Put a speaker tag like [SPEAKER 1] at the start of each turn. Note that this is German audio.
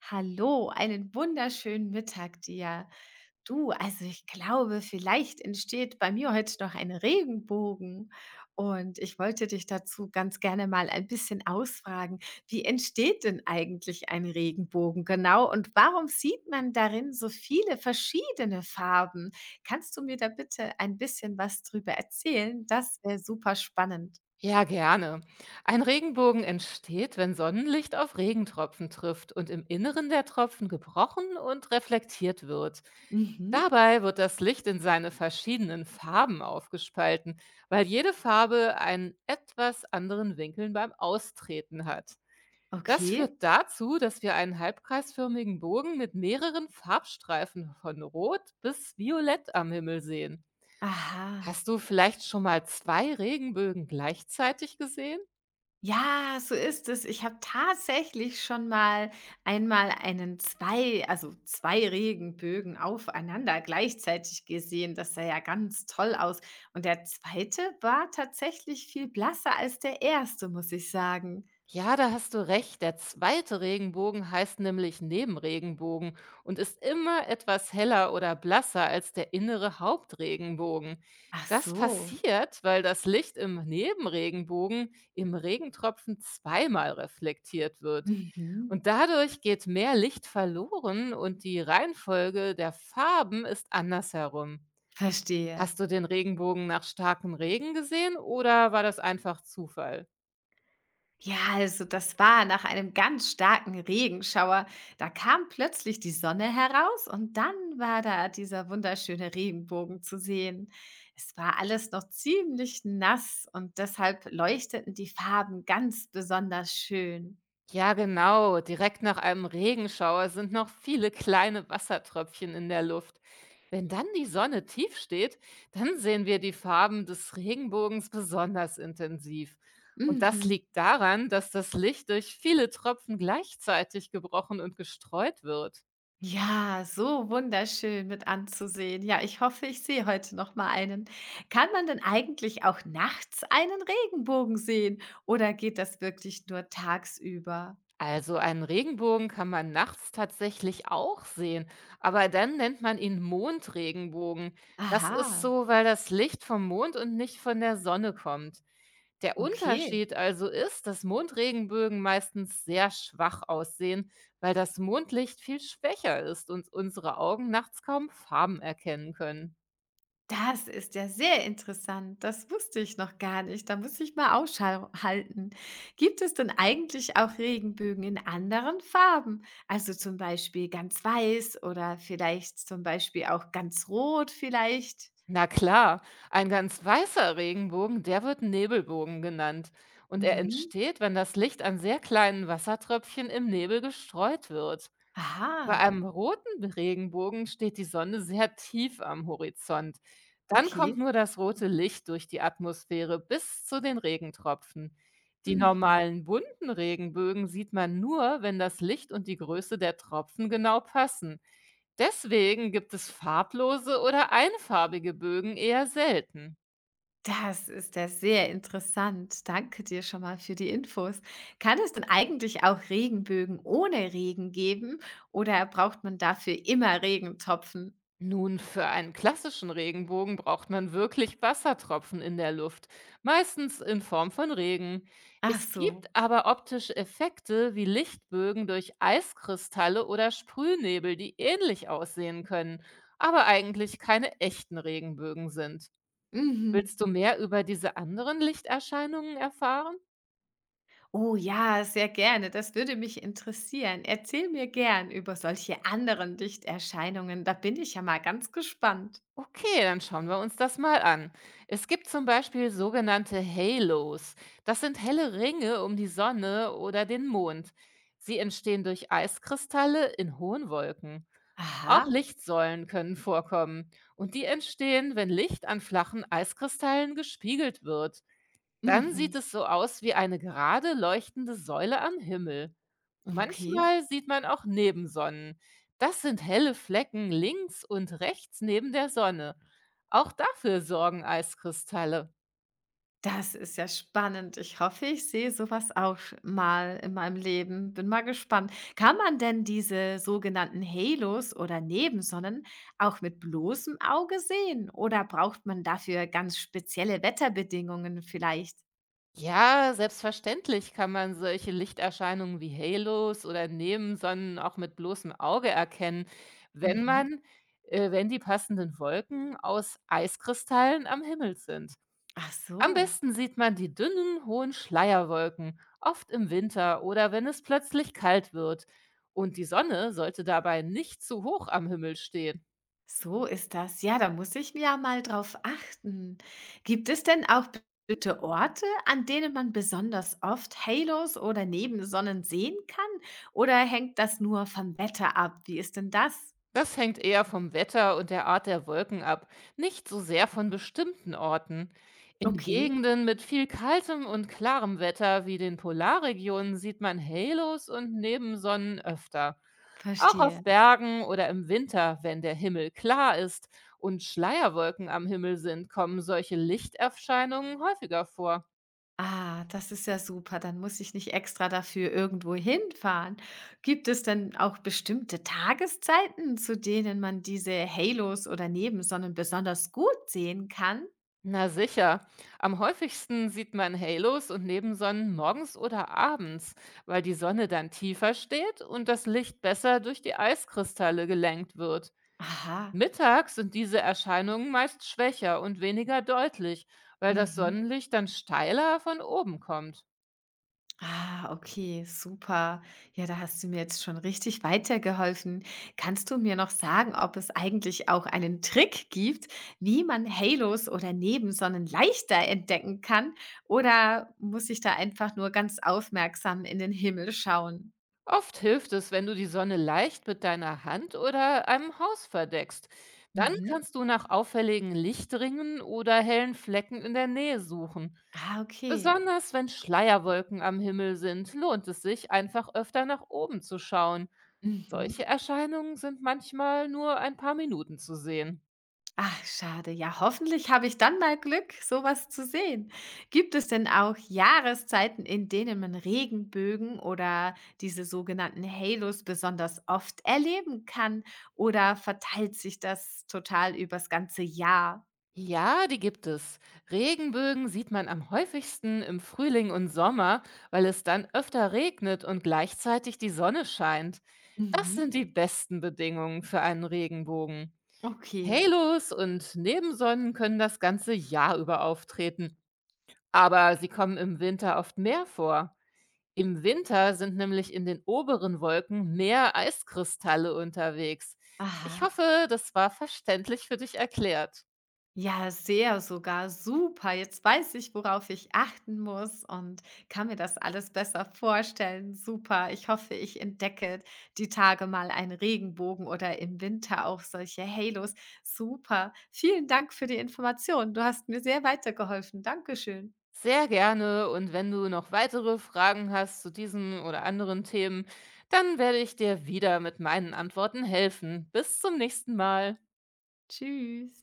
[SPEAKER 1] Hallo, einen wunderschönen Mittag dir. Du, also ich glaube, vielleicht entsteht bei mir heute noch ein Regenbogen. Und ich wollte dich dazu ganz gerne mal ein bisschen ausfragen, wie entsteht denn eigentlich ein Regenbogen genau und warum sieht man darin so viele verschiedene Farben? Kannst du mir da bitte ein bisschen was drüber erzählen? Das wäre super spannend.
[SPEAKER 2] Ja, gerne. Ein Regenbogen entsteht, wenn Sonnenlicht auf Regentropfen trifft und im Inneren der Tropfen gebrochen und reflektiert wird.
[SPEAKER 1] Mhm.
[SPEAKER 2] Dabei wird das Licht in seine verschiedenen Farben aufgespalten, weil jede Farbe einen etwas anderen Winkel beim Austreten hat. Das
[SPEAKER 1] Okay.
[SPEAKER 2] führt dazu, dass wir einen halbkreisförmigen Bogen mit mehreren Farbstreifen von Rot bis Violett am Himmel sehen.
[SPEAKER 1] Aha.
[SPEAKER 2] Hast du vielleicht schon mal zwei Regenbögen gleichzeitig gesehen?
[SPEAKER 1] Ja, so ist es. Ich habe tatsächlich schon mal einmal einen zwei also 2 Regenbögen aufeinander gleichzeitig gesehen. Das sah ja ganz toll aus. Und der zweite war tatsächlich viel blasser als der erste, muss ich sagen.
[SPEAKER 2] Ja, da hast du recht. Der zweite Regenbogen heißt nämlich Nebenregenbogen und ist immer etwas heller oder blasser als der innere Hauptregenbogen.
[SPEAKER 1] Ach
[SPEAKER 2] Das
[SPEAKER 1] so.
[SPEAKER 2] passiert, weil das Licht im Nebenregenbogen im Regentropfen zweimal reflektiert wird.
[SPEAKER 1] Mhm.
[SPEAKER 2] Und dadurch geht mehr Licht verloren und die Reihenfolge der Farben ist andersherum.
[SPEAKER 1] Verstehe.
[SPEAKER 2] Hast du den Regenbogen nach starkem Regen gesehen oder war das einfach Zufall?
[SPEAKER 1] Ja, also das war nach einem ganz starken Regenschauer. Da kam plötzlich die Sonne heraus und dann war da dieser wunderschöne Regenbogen zu sehen. Es war alles noch ziemlich nass und deshalb leuchteten die Farben ganz besonders schön.
[SPEAKER 2] Ja, genau. Direkt nach einem Regenschauer sind noch viele kleine Wassertröpfchen in der Luft. Wenn dann die Sonne tief steht, dann sehen wir die Farben des Regenbogens besonders intensiv. Und das
[SPEAKER 1] Mhm.
[SPEAKER 2] liegt daran, dass das Licht durch viele Tropfen gleichzeitig gebrochen und gestreut wird.
[SPEAKER 1] Ja, so wunderschön mit anzusehen. Ja, ich hoffe, ich sehe heute noch mal einen. Kann man denn eigentlich auch nachts einen Regenbogen sehen oder geht das wirklich nur tagsüber?
[SPEAKER 2] Also einen Regenbogen kann man nachts tatsächlich auch sehen, aber dann nennt man ihn Mondregenbogen. Das ist
[SPEAKER 1] Aha.
[SPEAKER 2] so, weil das Licht vom Mond und nicht von der Sonne kommt. Der
[SPEAKER 1] Okay,
[SPEAKER 2] Unterschied also ist, dass Mondregenbögen meistens sehr schwach aussehen, weil das Mondlicht viel schwächer ist und unsere Augen nachts kaum Farben erkennen können.
[SPEAKER 1] das ist ja sehr interessant. Das wusste ich noch gar nicht. Da muss ich mal Ausschau halten. Gibt es denn eigentlich auch Regenbögen in anderen Farben? Also zum Beispiel ganz weiß oder vielleicht zum Beispiel auch ganz rot vielleicht?
[SPEAKER 2] Na klar, ein ganz weißer Regenbogen, der wird Nebelbogen genannt. Und er
[SPEAKER 1] Mhm.
[SPEAKER 2] entsteht, wenn das Licht an sehr kleinen Wassertröpfchen im Nebel gestreut wird. Bei
[SPEAKER 1] Aha,
[SPEAKER 2] einem roten Regenbogen steht die Sonne sehr tief am Horizont. Dann kommt
[SPEAKER 1] okay.
[SPEAKER 2] nur das rote Licht durch die Atmosphäre bis zu den Regentropfen. Die
[SPEAKER 1] Mhm.
[SPEAKER 2] normalen bunten Regenbögen sieht man nur, wenn das Licht und die Größe der Tropfen genau passen. Deswegen gibt es farblose oder einfarbige Bögen eher selten.
[SPEAKER 1] Das ist ja sehr interessant. Danke dir schon mal für die Infos. Kann es denn eigentlich auch Regenbögen ohne Regen geben oder braucht man dafür immer Regentropfen?
[SPEAKER 2] Nun, für einen klassischen Regenbogen braucht man wirklich Wassertropfen in der Luft, meistens in Form von Regen.
[SPEAKER 1] Ach
[SPEAKER 2] Es gibt
[SPEAKER 1] so.
[SPEAKER 2] aber optische Effekte wie Lichtbögen durch Eiskristalle oder Sprühnebel, die ähnlich aussehen können, aber eigentlich keine echten Regenbögen sind.
[SPEAKER 1] Mhm.
[SPEAKER 2] Willst du mehr über diese anderen Lichterscheinungen erfahren?
[SPEAKER 1] Oh ja, sehr gerne. Das würde mich interessieren. Erzähl mir gern über solche anderen Lichterscheinungen. Da bin ich ja mal ganz gespannt.
[SPEAKER 2] Okay, dann schauen wir uns das mal an. Es gibt zum Beispiel sogenannte Halos. Das sind helle Ringe um die Sonne oder den Mond. Sie entstehen durch Eiskristalle in hohen Wolken. Auch
[SPEAKER 1] Aha.
[SPEAKER 2] Lichtsäulen können vorkommen. Und die entstehen, wenn Licht an flachen Eiskristallen gespiegelt wird. Dann
[SPEAKER 1] Mhm.
[SPEAKER 2] sieht es so aus wie eine gerade leuchtende Säule am Himmel.
[SPEAKER 1] Okay.
[SPEAKER 2] Manchmal sieht man auch Nebensonnen. Das sind helle Flecken links und rechts neben der Sonne. Auch dafür sorgen Eiskristalle.
[SPEAKER 1] Das ist ja spannend. Ich hoffe, ich sehe sowas auch mal in meinem Leben. Bin mal gespannt. Kann man denn diese sogenannten Halos oder Nebensonnen auch mit bloßem Auge sehen oder braucht man dafür ganz spezielle Wetterbedingungen vielleicht?
[SPEAKER 2] Ja, selbstverständlich kann man solche Lichterscheinungen wie Halos oder Nebensonnen auch mit bloßem Auge erkennen, wenn
[SPEAKER 1] Mhm.
[SPEAKER 2] man, wenn die passenden Wolken aus Eiskristallen am Himmel sind.
[SPEAKER 1] Ach
[SPEAKER 2] Am
[SPEAKER 1] so.
[SPEAKER 2] besten sieht man die dünnen, hohen Schleierwolken, oft im Winter oder wenn es plötzlich kalt wird. Und die Sonne sollte dabei nicht zu hoch am Himmel stehen.
[SPEAKER 1] So ist das. Ja, da muss ich ja mal drauf achten. Gibt es denn auch bestimmte Orte, an denen man besonders oft Halos oder Nebensonnen sehen kann? Oder hängt das nur vom Wetter ab? Wie ist denn das?
[SPEAKER 2] Das hängt eher vom Wetter und der Art der Wolken ab, nicht so sehr von bestimmten Orten. In
[SPEAKER 1] Okay,
[SPEAKER 2] Gegenden mit viel kaltem und klarem Wetter wie den Polarregionen sieht man Halos und Nebensonnen öfter. Auch auf
[SPEAKER 1] verstehe.
[SPEAKER 2] Bergen oder im Winter, wenn der Himmel klar ist und Schleierwolken am Himmel sind, kommen solche Lichterscheinungen häufiger vor.
[SPEAKER 1] Ah, das ist ja super. Dann muss ich nicht extra dafür irgendwo hinfahren. Gibt es denn auch bestimmte Tageszeiten, zu denen man diese Halos oder Nebensonnen besonders gut sehen kann?
[SPEAKER 2] Na sicher. Am häufigsten sieht man Halos und Nebensonnen morgens oder abends, weil die Sonne dann tiefer steht und das Licht besser durch die Eiskristalle gelenkt wird.
[SPEAKER 1] Aha.
[SPEAKER 2] Mittags sind diese Erscheinungen meist schwächer und weniger deutlich, weil das
[SPEAKER 1] Mhm.
[SPEAKER 2] Sonnenlicht dann steiler von oben kommt.
[SPEAKER 1] Ah, okay, super. Ja, da hast du mir jetzt schon richtig weitergeholfen. Kannst du mir noch sagen, ob es eigentlich auch einen Trick gibt, wie man Halos oder Nebensonnen leichter entdecken kann? Oder muss ich da einfach nur ganz aufmerksam in den Himmel schauen?
[SPEAKER 2] Oft hilft es, wenn du die Sonne leicht mit deiner Hand oder einem Haus verdeckst. Dann
[SPEAKER 1] Mhm.
[SPEAKER 2] kannst du nach auffälligen Lichtringen oder hellen Flecken in der Nähe suchen.
[SPEAKER 1] Ah, okay.
[SPEAKER 2] Besonders wenn Schleierwolken am Himmel sind, lohnt es sich, einfach öfter nach oben zu schauen.
[SPEAKER 1] Mhm.
[SPEAKER 2] Solche Erscheinungen sind manchmal nur ein paar Minuten zu sehen.
[SPEAKER 1] Ach, schade. Ja, hoffentlich habe ich dann mal Glück, sowas zu sehen. Gibt es denn auch Jahreszeiten, in denen man Regenbögen oder diese sogenannten Halos besonders oft erleben kann? Oder verteilt sich das total übers ganze Jahr?
[SPEAKER 2] Ja, die gibt es. Regenbögen sieht man am häufigsten im Frühling und Sommer, weil es dann öfter regnet und gleichzeitig die Sonne scheint. Das sind
[SPEAKER 1] Mhm.
[SPEAKER 2] die besten Bedingungen für einen Regenbogen.
[SPEAKER 1] Okay.
[SPEAKER 2] Halos und Nebensonnen können das ganze Jahr über auftreten, aber sie kommen im Winter oft mehr vor. Im Winter sind nämlich in den oberen Wolken mehr Eiskristalle unterwegs. Ich
[SPEAKER 1] Aha.
[SPEAKER 2] hoffe, das war verständlich für dich erklärt.
[SPEAKER 1] Ja, sehr sogar. Super. Jetzt weiß ich, worauf ich achten muss und kann mir das alles besser vorstellen. Super. Ich hoffe, ich entdecke die Tage mal einen Regenbogen oder im Winter auch solche Halos. Super. Vielen Dank für die Information. Du hast mir sehr weitergeholfen. Dankeschön.
[SPEAKER 2] Sehr gerne und wenn du noch weitere Fragen hast zu diesen oder anderen Themen, dann werde ich dir wieder mit meinen Antworten helfen. Bis zum nächsten Mal.
[SPEAKER 1] Tschüss.